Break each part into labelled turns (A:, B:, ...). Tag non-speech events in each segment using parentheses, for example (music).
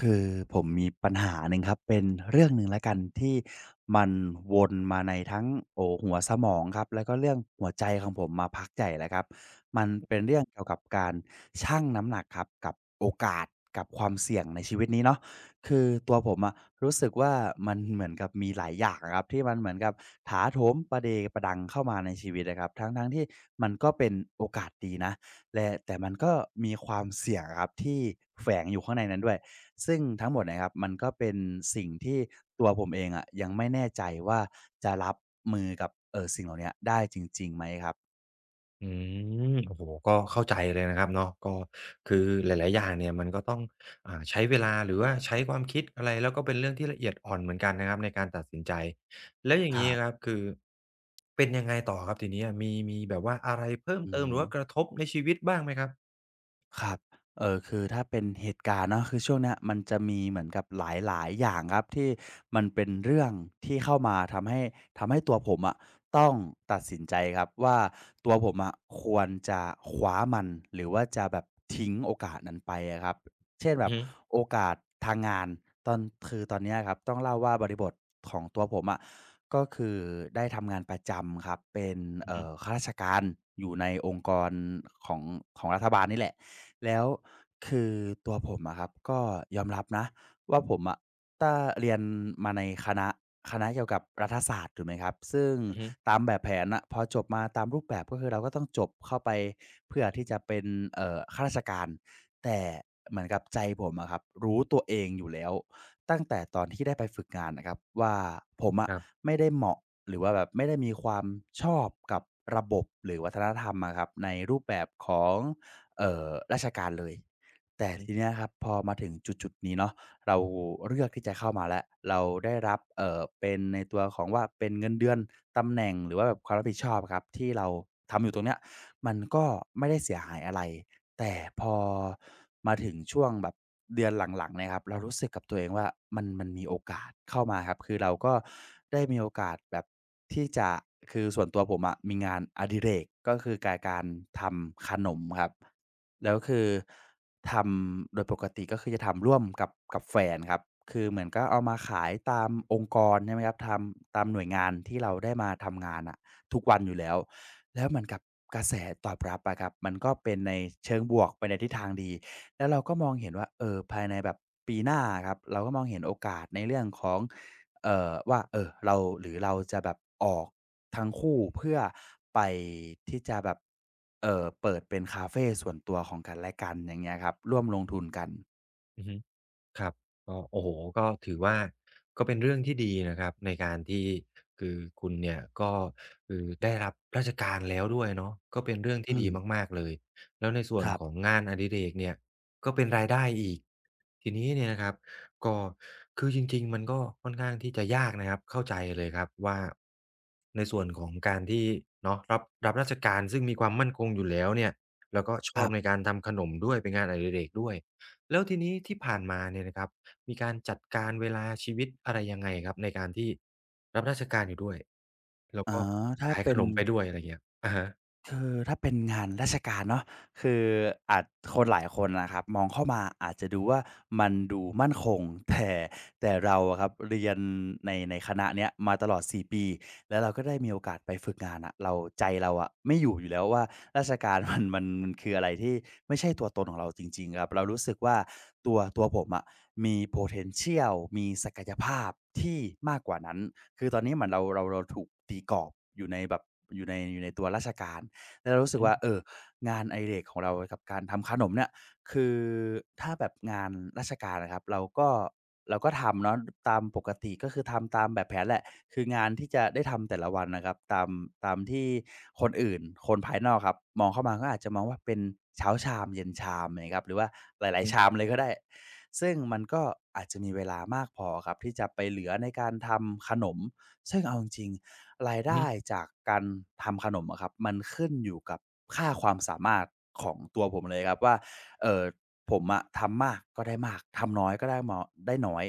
A: คือผมมีปัญหาหนึ่งครับเป็นเรื่องหนึ่งแล้วกันที่มันวนมาในทั้งโอ้หัวสมองครับแล้วก็เรื่องหัวใจของผมมาพักใหญ่แล้วครับมันเป็นเรื่องเกี่ยวกับการชั่งน้ำหนักครับกับโอกาสกับความเสี่ยงในชีวิตนี้เนาะคือตัวผมอะรู้สึกว่ามันเหมือนกับมีหลายอย่างอะครับที่มันเหมือนกับถาโถมประเดประดังเข้ามาในชีวิตอะครับทั้งๆที่มันก็เป็นโอกาสดีนะแลแต่มันก็มีความเสี่ยงอะครับที่แฝงอยู่ข้างในนั้นด้วย ซึ่งทั้งหมดนะครับมันก็เป็นสิ่งที่ตัวผมเองอะยังไม่แน่ใจว่าจะรับมือกับสิ่งเหล่าเนี้ยได้จริงๆไหมครับ
B: อืโอ้โฮก็เข้าใจเลยนะครับเนาะก็คือหลายๆอย่างเนี่ยมันก็ต้องใช้เวลาหรือว่าใช้ความคิดอะไรแล้วก็เป็นเรื่องที่ละเอียดอ่อนเหมือนกันนะครับในการตัดสินใจแล้วอย่าง
A: ค
B: งี้
A: รั
B: ครับ
A: บ
B: คือเป็นยังไงต่อครับทีนี้อะมีแบบว่าอะไรเพิ่ม
A: อื
B: เติมห
A: ม
B: รือว่ากระทบในชีวิตบ้างไหมครับ
A: ครับอคือถ้าเป็นเหตุการณ์เนาะคือช่วงเนี้ยมันจะมีเหมือนกับหลาย ๆ อย่างครับที่มันเป็นเรื่องที่เข้ามาทำให้ตัวผมอะต้องตัดสินใจครับว่าตัวผมอะควรจะคว้ามันหรือว่าจะแบบทิ้งโอกาสนั้นไปอะครับเช่นแบ
B: อือ
A: บ
B: ฮึ
A: โอ
B: ๆ
A: กาสทางงานตอนคือตอนเนี้ยครับต้องเล่าว่าบริบทของตัวผมอะก็คือได้ทำงานประจำครับเป็น
B: อือ
A: ข้าราชการอยู่ในองค์กรของของรัฐบาลนี่แหละ แล้วคือตัวผมอะครับก็ยอมรับนะว่าผมอะถ้าเรียนมาในคณะเกี่ยวกับรัฐศาสตร์ถูกไหมครับซึ่ง
B: ฮึ
A: ตามแบบแผนอ่ะพอจบมาตามรูปแบบก็คือเราก็ต้องจบเข้าไปเพื่อที่จะเป็นข้าราชการแต่เหมือนกับใจผมอะครับรู้ตัวเองอยู่แล้วตั้งแต่ตอนที่ได้ไปฝึกงานนะครับว่าผมอะ
B: ครับ
A: ไม่ได้เหมาะหรือว่าแบบไม่ได้มีความชอบกับระบบหรือวัฒนธรรมอะครับในรูปแบบของ เอ่อราชการเลย
B: อื
A: แต่
B: อฮึ
A: ทีเนี้ยครับพอมาถึงจุดๆนี้เนาะเราเลือกที่จะเข้ามาแล้วเราได้รับเป็นในตัวของว่าเป็นเงินเดือนตำแหน่งหรือว่าแบบความรับผิดชอบอะครับที่เราทำอยู่ตรงเนี้ยมันก็ไม่ได้เสียหายอะไรแต่พอมาถึงช่วงแบบเดือนหลังๆเนี่ยครับเรารู้สึกกับตัวเองว่ามันมีโอกาสเข้ามาครับคือเราก็ได้มีโอกาสแบบที่จะคือส่วนตัวผมอะมีงานอดิเรกก็คือการทำขนมครับ แล้วคือทำโดยปกติก็คือจะทำร่วมกับแฟนครับคือเหมือนก็เอามาขายตามองค์กรใช่ไหมครับทำตามหน่วยงานที่เราได้มาทำงานอะทุกวันอยู่แล้วแล้วเหมือนกับกระแสตอบรับอะครับมันก็เป็นในเชิงบวกไปในทิศทางดีแล้วเราก็มองเห็นว่าภายในแบบปีหน้าอะครับเราก็มองเห็นโอกาสในเรื่องของว่าเราหรือเราจะแบบออกทั้งคู่เพื่อไปที่จะแบบ เปิดเป็นคาเฟส่วนตัวของกันและกันอย่างเงี้ยครับร่วมลงทุนกัน
B: อือฮึ ครับก็โอ้โฮก็ถือว่าก็เป็นเรื่องที่ดีนะครับในการที่คือคุณเนี่ยก็คือได้รับราชการแล้วด้วยเนาะก็เป็นเรื่องที่
A: อื
B: ดี
A: ม
B: มากๆเลยแล้วในส่ว
A: ค
B: น
A: รั
B: ของ
A: บ
B: งานอดิเรกเนี่ยก็เป็นรายได้อีกทีนี้เนี่ยนะครับก็คือจริงๆมันก็ค่อนข้างที่จะยากนะครับเข้าใจเลยครับว่าในส่วนของการที่เนาะรับราชการซึ่งมีความมั่นคงอยู่แล้วเนี่ยแล้วก็ช
A: ค
B: อบ
A: รั
B: ใน
A: บ
B: การทำขนมด้วยเป็นงานอดิเรกด้วย แล้วทีนี้ที่ผ่านมาเนี่ยนะครับมีการจัดการเวลาชีวิตอะไรยังไงครับในการที่รับราชการอยู่ด้วยแล้ว
A: อ๋อ
B: ก็
A: ถ้า
B: ขาย
A: เป็
B: ข
A: น
B: นมไปด้วยอะไรเงี้ยอะฮะ
A: คือถ้าเป็นงานราชการเนาะคืออาจคนหลายคนนะครับมองเข้ามาอาจจะดูว่ามันดูมั่นคงแต่แต่เราอะครับเรียนในคณะเนี้ยมาตลอด4ปีแล้วเราก็ได้มีโอกาสไปฝึกงานอะเราใจเราอะไม่อยู่อยู่แล้วว่าราชการ (laughs) มันคืออะไรที่ไม่ใช่ตัวตนของเราจริงๆครับเรารู้สึกว่าตัวผมอะมี potential มีศักยภาพที่มากกว่านั้นคือตอนนี้เหมือนเราถูกตีกรอบอยู่ในแบบอยู่ในตัวราชการ แล้วเรา
B: อื
A: รู้
B: อ
A: สึก
B: ฮึ
A: ว่าเอองานอดิเรกของเรากับการทำขนมเนี่ยคือถ้าแบบงานราชการอะครับเราก็ทำเนาะตามปกติก็คือทำตามแบบแผนแหละคืองานที่จะได้ทำแต่ละวันนะครับตามที่คนอื่นคนภายนอกครับมองเข้ามาก็อาจจะมองว่าเป็นเช้าชามเย็นชามอย่างงี้ครับหรือว่าหลายๆชามเลยก็ได้ซึ่งมันก็อาจจะมีเวลามากพอครับที่จะไปเหลือในการทำขนมซึ่งเอาจริงๆ ราย
B: อือ
A: ได้
B: ฮึ
A: จากการทำขนมอะครับมันขึ้นอยู่กับค่าความสามารถของตัวผมเลยครับว่าเอ่อผมอะทำมากก็ได้มากทำน้อยก็ได้ได้น้อย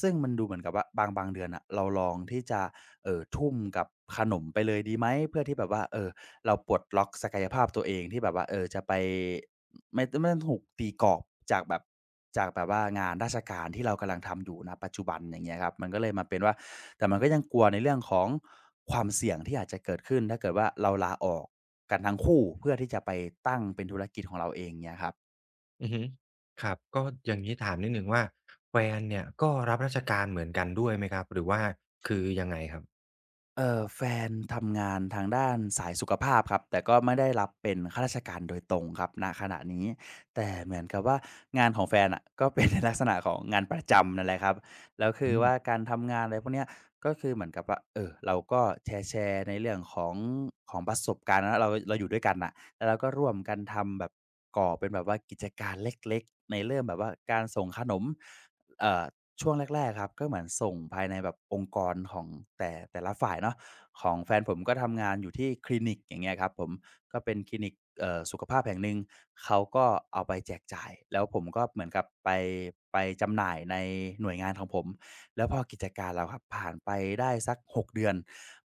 A: ซึ่งมันดูเหมือนกับว่าบางเดือนน่ะเราลองที่จะทุ่มกับขนมไปเลยดีไหมเพื่อที่แบบว่าเราปลดล็อกศักยภาพตัวเองที่แบบว่าจะไปไม่ต้องถูกตีกรอบจากแบบจากแบบว่างานราชการที่เรากำลังทำอยู่ณปัจจุบันอย่างเงี้ยครับมันก็เลยมาเป็นว่าแต่มันก็ยังกลัวในเรื่องของความเสี่ยงที่อาจจะเกิดขึ้นถ้าเกิดว่าเราลาออกกันทั้งคู่เพื่อที่จะไปตั้งเป็นธุรกิจของเราเองเงี้ยครับ
B: อือฮึครับก็อย่างงี้ถามนิดหนึ่งว่าแฟนเนี่ยก็รับราชการเหมือนกันด้วยไหมครับหรือว่าคือยังไงครับ
A: แฟนทำงานทางด้านสายสุขภาพครับแต่ก็ไม่ได้รับเป็นข้าราชการโดยตรงครับณขณะนี้แต่เหมือนกับว่างานของแฟนอะก็เป็น (laughs) ในลักษณะของงานประจำนั่นแหละครับแล้ว
B: อื
A: คือ
B: ม
A: ว่าการทำงานอะไรพวกเนี้ยก็คือเหมือนกับว่าเราก็แชร์ๆในเรื่องของของประสบการณ์นะเราอยู่ด้วยกันน่ะแล้วเราก็ร่วมกันทำแบบก่อเป็นแบบว่ากิจการเล็กๆในเรื่องแบบว่าการส่งขนมเอ่อ ช่วงแรกๆครับก็เหมือนส่งภายในแบบองค์กรของแต่ละฝ่ายเนาะของแฟนผมก็ทำงานอยู่ที่คลินิกอย่างเงี้ยครับผมก็เป็นคลินิกสุขภาพแห่งหนึ่งเขาก็เอาไปแจกจ่ายแล้วผมก็เหมือนกับไปจำหน่ายในหน่วยงานของผมแล้วพอกิจการเราครับผ่านไปได้สักหกเดือน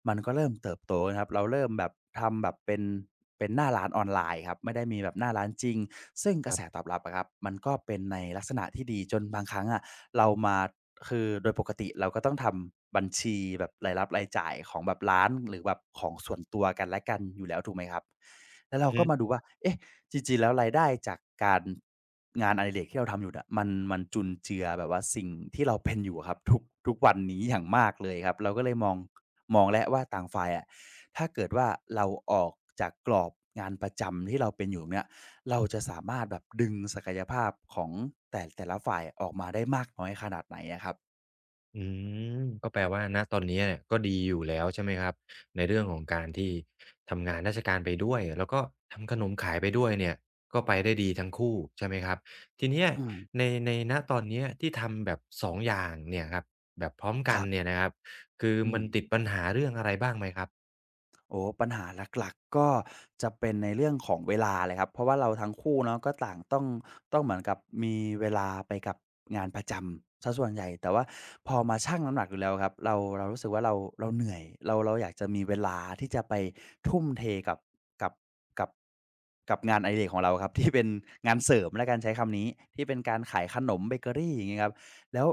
A: มันก็เริ่มเติบโตนะครับเราเริ่มแบบทำแบบเป็นหน้าร้านออนไลน์ครับไม่ได้มีแบบหน้าร้านจริงซึ่งกระแสตอบรับอะครับมันก็เป็นในลักษณะที่ดีจนบางครั้งอะ เรามาคือโดยปกติเราก็ต้องทำบัญชีแบบรายรับรายจ่ายของแบบร้านหรือแบบของส่วนตัวกันและกันอยู่แล้วถูกไหมครับแล้วเราก็มาดูว่าเอ๊ะจริงๆแล้วรายได้จากการงานอดิเรกที่เราทำอยู่น่ะมันจุนเจือแบบว่าสิ่งที่เราเป็นอยู่อะครับทุกวันนี้อย่างมากเลยครับเราก็เลยมองแล้วว่าต่างฝ่ายอะถ้าเกิดว่าเราออกจากกรอบงานประจำที่เราเป็นอยู่เนี่ย เราจะสามารถแบบดึงศักยภาพของแต่ละฝ่ายออกมาได้มากน้อยขนาดไหนอะครับ
B: อืมก็แปลว่าณตอนนี้เนี่ยก็ดีอยู่แล้วใช่ไหมครับในเรื่องของการที่ทำงานราชการไปด้วยแล้วก็ทำขนมขายไปด้วยเนี่ยก็ไปได้ดีทั้งคู่ใช่ไหมครับทีเนี้ย
A: อืม
B: ในในณตอนเนี้ยที่ทำแบบ2องอย่างเนี่ยครับแบบพร้อม
A: ค
B: กัน
A: รั
B: เนี่
A: บ
B: ยนะครับคือ
A: อื
B: มั
A: ม
B: นติดปัญหาเรื่องอะไรบ้างไหมครับ
A: โอ้ปัญหาหลักๆก็จะเป็นในเรื่องของเวลาเลยครับเพราะว่าเราทั้งคู่เนาะก็ต่างต้องเหมือนกับมีเวลาไปกับงานประจำเสียส่วนใหญ่แต่ว่าพอมาชั่งน้ำหนักดูแล้วครับเรารู้สึกว่าเราเหนื่อยเราอยากจะมีเวลาที่จะไปทุ่มเทกับกับกับกับงานอดิเรกของเราครับ (laughs) ที่เป็นงานเสริมแล้วกันใช้คำนี้ที่เป็นการขายขนมเบเกอรีอย่างงี้ครับแล้ว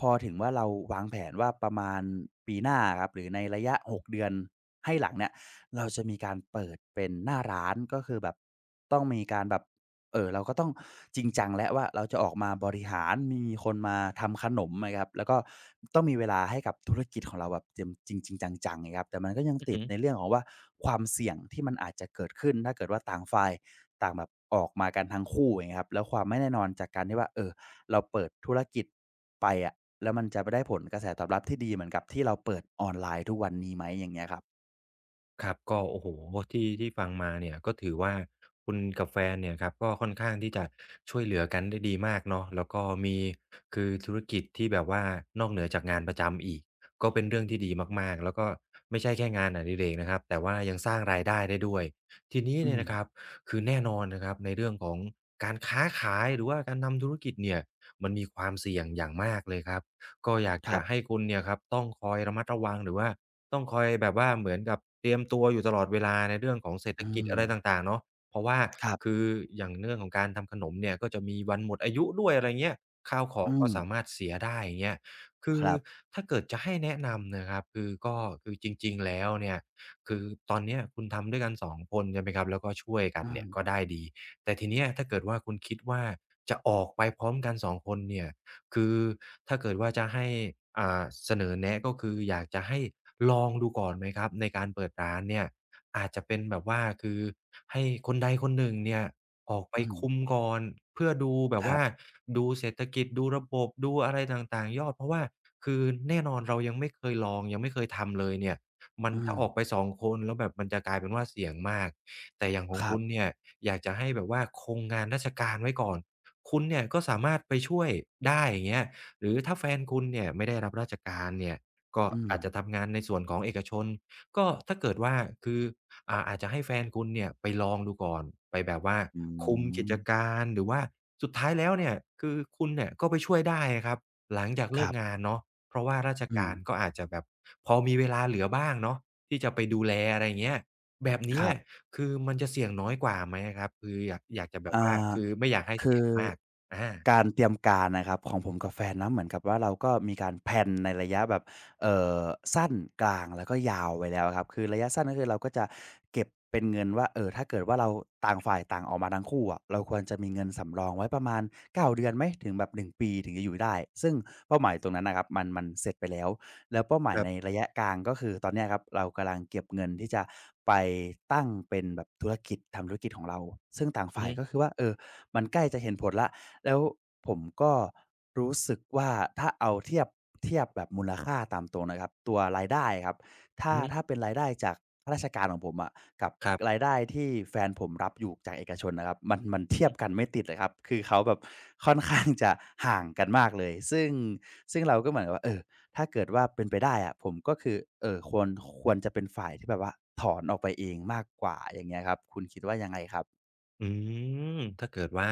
A: พอถึงว่าเราวางแผนว่าประมาณปีหน้าอะครับหรือในระยะหกเดือนให้หลังเนี่ย เราจะมีการเปิดเป็นหน้าร้านก็คือแบบต้องมีการแบบเออเราก็ต้องจริงจังแล้วว่าเราจะออกมาบริหารมีคนมาทำขนมนะครับแล้วก็ต้องมีเวลาให้กับธุรกิจของเราแบบเต็มจริงๆจังๆไงครับแต่มันก็ยัง
B: อือ
A: ติด
B: ฮึ
A: ในเรื่องของว่าความเสี่ยงที่มันอาจจะเกิดขึ้นถ้าเกิดว่าต่างฝ่ายต่างแบบออกมากันทั้งคู่อย่างเงี้ยครับแล้วความไม่แน่นอนจากการที่ว่าเราเปิดธุรกิจไปอะแล้วมันจะไปได้ผลกระแสตอบรับที่ดีเหมือนกับที่เราเปิดออนไลน์ทุกวันนี้ไหมอย่างเงี้ยครับ
B: ครับก็โอ้โฮที่ฟังมาเนี่ยก็ถือว่าคุณกับแฟนเนี่ยครับก็ค่อนข้างที่จะช่วยเหลือกันได้ดีมากเนาะแล้วก็มีคือธุรกิจที่แบบว่านอกเหนือจากงานประจำอีกก็เป็นเรื่องที่ดีมากๆแล้วก็ไม่ใช่แค่งานอดิเรกนะครับแต่ว่ายังสร้างรายได้ได้ด้วยทีนี้
A: อื
B: เนี่ย
A: ม
B: นะครับคือแน่นอนนะครับในเรื่องของการค้าขายหรือว่าการทำธุรกิจเนี่ยมันมีความเสี่ยงอย่างมากเลยครับก็อยาก
A: ครั
B: จะ
A: บ
B: ให้คุณเนี่ยครับต้องคอยระมัดระวังหรือว่า ต้องคอยแบบว่าเหมือนกับเตรียมตัวอยู่ตลอดเวลาในเรื่องของเศรษฐ
A: อื
B: กิจ
A: ม
B: อะไรต่างๆเนาะเพราะว่า
A: ครั
B: คื
A: บ
B: ออย่างเรื่องของการทำขนมเนี่ยก็จะมีวันหมดอายุด้วยอะไรเงี้ยข้าวของ
A: อื
B: ก็
A: ม
B: สามารถเสียได้อย่างเงี้ยคื
A: ค
B: อ
A: รับ
B: ถ้าเกิดจะให้แนะนำนะครับคือก็คือจริงๆแล้วเนี่ยคือตอนเนี้ยคุณทำด้วยกัน2คนใช่ไหมครับแล้วก็ช่วยกัน
A: อื
B: เนี่
A: ม
B: ยก็ได้ดีแต่ทีเนี้ยถ้าเกิดว่าคุณคิดว่าจะออกไปพร้อมกัน2คนเนี่ย คือถ้าเกิดว่าจะให้เสนอแนะก็คืออยากจะให้ลองดูก่อนไหมครับในการเปิดร้านเนี่ยอาจจะเป็นแบบว่าคือให้คนใดคนหนึ่งเนี่ยออกไป
A: อืม
B: คุมก่อนเพื่อดูแบ
A: ค
B: บ
A: รั
B: ว่า
A: บ
B: ดูเศรษฐกิจดูระบบดูอะไรต่างๆยอดเพราะว่าคือแน่นอนเรายังไม่เคยลองยังไม่เคยทำเลยเนี่ยมัน
A: อื
B: ถ้า
A: ม
B: ออกไป2คนแล้วแบบมันจะกลายเป็นว่าเสี่ยงมากแต่อย่างของ
A: ครั
B: คุณ
A: บ
B: เนี่ยอยากจะให้แบบว่าคงงานราชการไว้ก่อน คุณเนี่ยก็สามารถไปช่วยได้อย่างเงี้ยหรือถ้าแฟนคุณเนี่ยไม่ได้รับราชการเนี่ยก็
A: อืม
B: อาจจะทำงานในส่วนของเอกชนก็ถ้าเกิดว่าคืออาจจะให้แฟนคุณเนี่ยไปลองดูก่อนไปแบบว่า
A: อื
B: คุมกิ
A: ม
B: จการหรือว่าสุดท้ายแล้วเนี่ยคือคุณเนี่ยก็ไปช่วยได้อะครับหลังจาก
A: ค
B: เลิ
A: รั
B: กงา
A: บ
B: นเนาะเพราะว่าราช
A: อื
B: กา
A: ม
B: รก็อาจจะแบบพอมีเวลาเหลือบ้างเนาะที่จะไปดูแลอะไรอย่างเงี้ย แบบ
A: ค
B: เนี้ย
A: รับ
B: คือมันจะเสี่ยงน้อยกว่าไหมอะครับคืออยากจะแบบ
A: อา
B: ว่าคือไม่อยากให้
A: คื
B: เสี่ย
A: อ
B: งมากอา
A: การเตรียมการนะครับของผมกับแฟนนะเหมือนกับว่าเราก็มีการแพลนในระยะแบบเออสั้นกลางแล้วก็ยาวไว้แล้วครับคือระยะสั้นก็คือเราก็จะเก็บเป็นเงินว่าถ้าเกิดว่าเราต่างฝ่ายต่างออกมาทั้งคู่อะเราควรจะมีเงินสำรองไว้ประมาณ9เดือนไหมถึงแบบ1ปีถึงจะอยู่ได้ซึ่งเป้าหมายตรงนั้นนะครับมันเสร็จไปแล้วแล้วเป้าหมา
B: ค
A: ย
B: รั
A: ใน
B: บ
A: ระยะกลางก็คือตอนเนี้ยครับเรากำลังเก็บเงินที่จะไปตั้งเป็นแบบธุรกิจทำธุรกิจของเราซึ่งต่าง
B: อือ
A: ฝ่าย
B: ฮึ
A: ก็คือว่ามันใกล้จะเห็นผลแล้วแล้วผมก็รู้สึกว่าถ้าเอาเทียบแบบมูลค่าตามตรงนะครับตัวรายได้ครับ
B: อื
A: ถ้า
B: อ
A: ถ้า
B: ฮึ
A: เป็นรายได้จากข้าราชการของผมอะกับ
B: ครั
A: รา
B: บ
A: ยได้ที่แฟนผมรับอยู่จากเอกชนนะครับมัน
B: อือ
A: เทีย
B: ฮึ
A: บกันไม่ติดเลยครับคือเขาแบบค่อนข้างจะห่างกันมากเลยซึ่งเราก็เหมือนกับว่าถ้าเกิดว่าเป็นไปได้อะผมก็คือเอ่อควรควรจะเป็นฝ่ายที่แบบว่าถอนออกไปเองมากกว่าอย่างเงี้ยครับคุณคิดว่ายังไงครับ
B: อืมถ้าเกิดว่า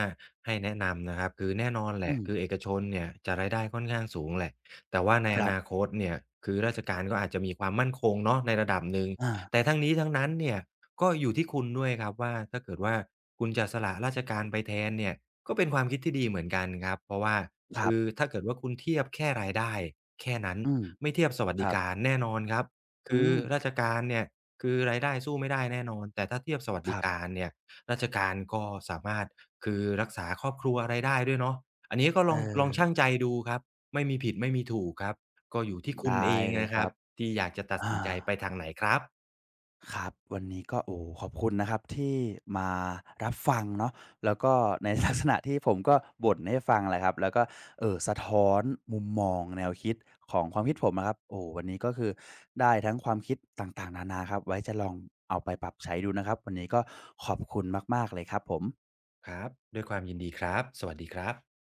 B: ให้แนะนำนะครับคือแน่นอนแห
A: อื
B: ละ
A: ม
B: คือเอกชนเนี่ยจะรายได้ค่อนข้างสูงแหละแต่ว่าใน
A: ค
B: อ
A: รั
B: นาค
A: บ
B: ตเนี่ยคือราชการก็อาจจะมีความมั่นคงเนาะในระดับหนึ่ง
A: อา
B: แต่ทั้งนี้ทั้งนั้นเนี่ยก็อยู่ที่คุณด้วยครับว่าถ้าเกิดว่าคุณจะสละราชการไปแทนเนี่ยก็เป็นความคิดที่ดีเหมือนกันครับเพราะว่า
A: ครั
B: คือ
A: บ
B: ถ้าเกิดว่าคุณเทียบแค่รายได้แค่นั้น
A: อืม
B: ไม่เทียบสวัส
A: ค
B: ดิ
A: รับ
B: การแน่นอนครับ
A: อื
B: คือ
A: ม
B: ราชการเนี่ยคือรายได้สู้ไม่ได้แน่นอนแต่ถ้าเทียบสวัส
A: ค
B: ดิ
A: รับ
B: การเนี่ย ราชการก็สามารถคือรักษาครอบครัวอะไรได้ด้วยเนาะอันนี้ก็ลอง
A: เออ
B: ชั่งใจดูครับไม่มีผิดไม่มีถูกครับก็อยู่ที่คุณเอ
A: ได้
B: ง
A: เลย
B: นะ
A: ค
B: ครั
A: รั
B: บ
A: บ
B: ที่อยากจะตัด
A: อา
B: สินใจไปทางไหนครับ
A: ครับ วันนี้ก็โอ้โฮขอบคุณนะครับที่มารับฟังเนาะแล้วก็ใน (laughs) ลักษณะที่ผมก็บ่นให้ฟังแหละครับแล้วก็สะท้อนมุมมองแนวคิดของความคิดผมนะครับโอ้โฮวันนี้ก็คือได้ทั้งความคิดต่างๆนานาครับไว้จะลองเอาไปปรับใช้ดูนะครับวันนี้ก็ขอบคุณมากๆเลยครับผม
B: ครับด้วยความยินดีครับสวัสดีครับ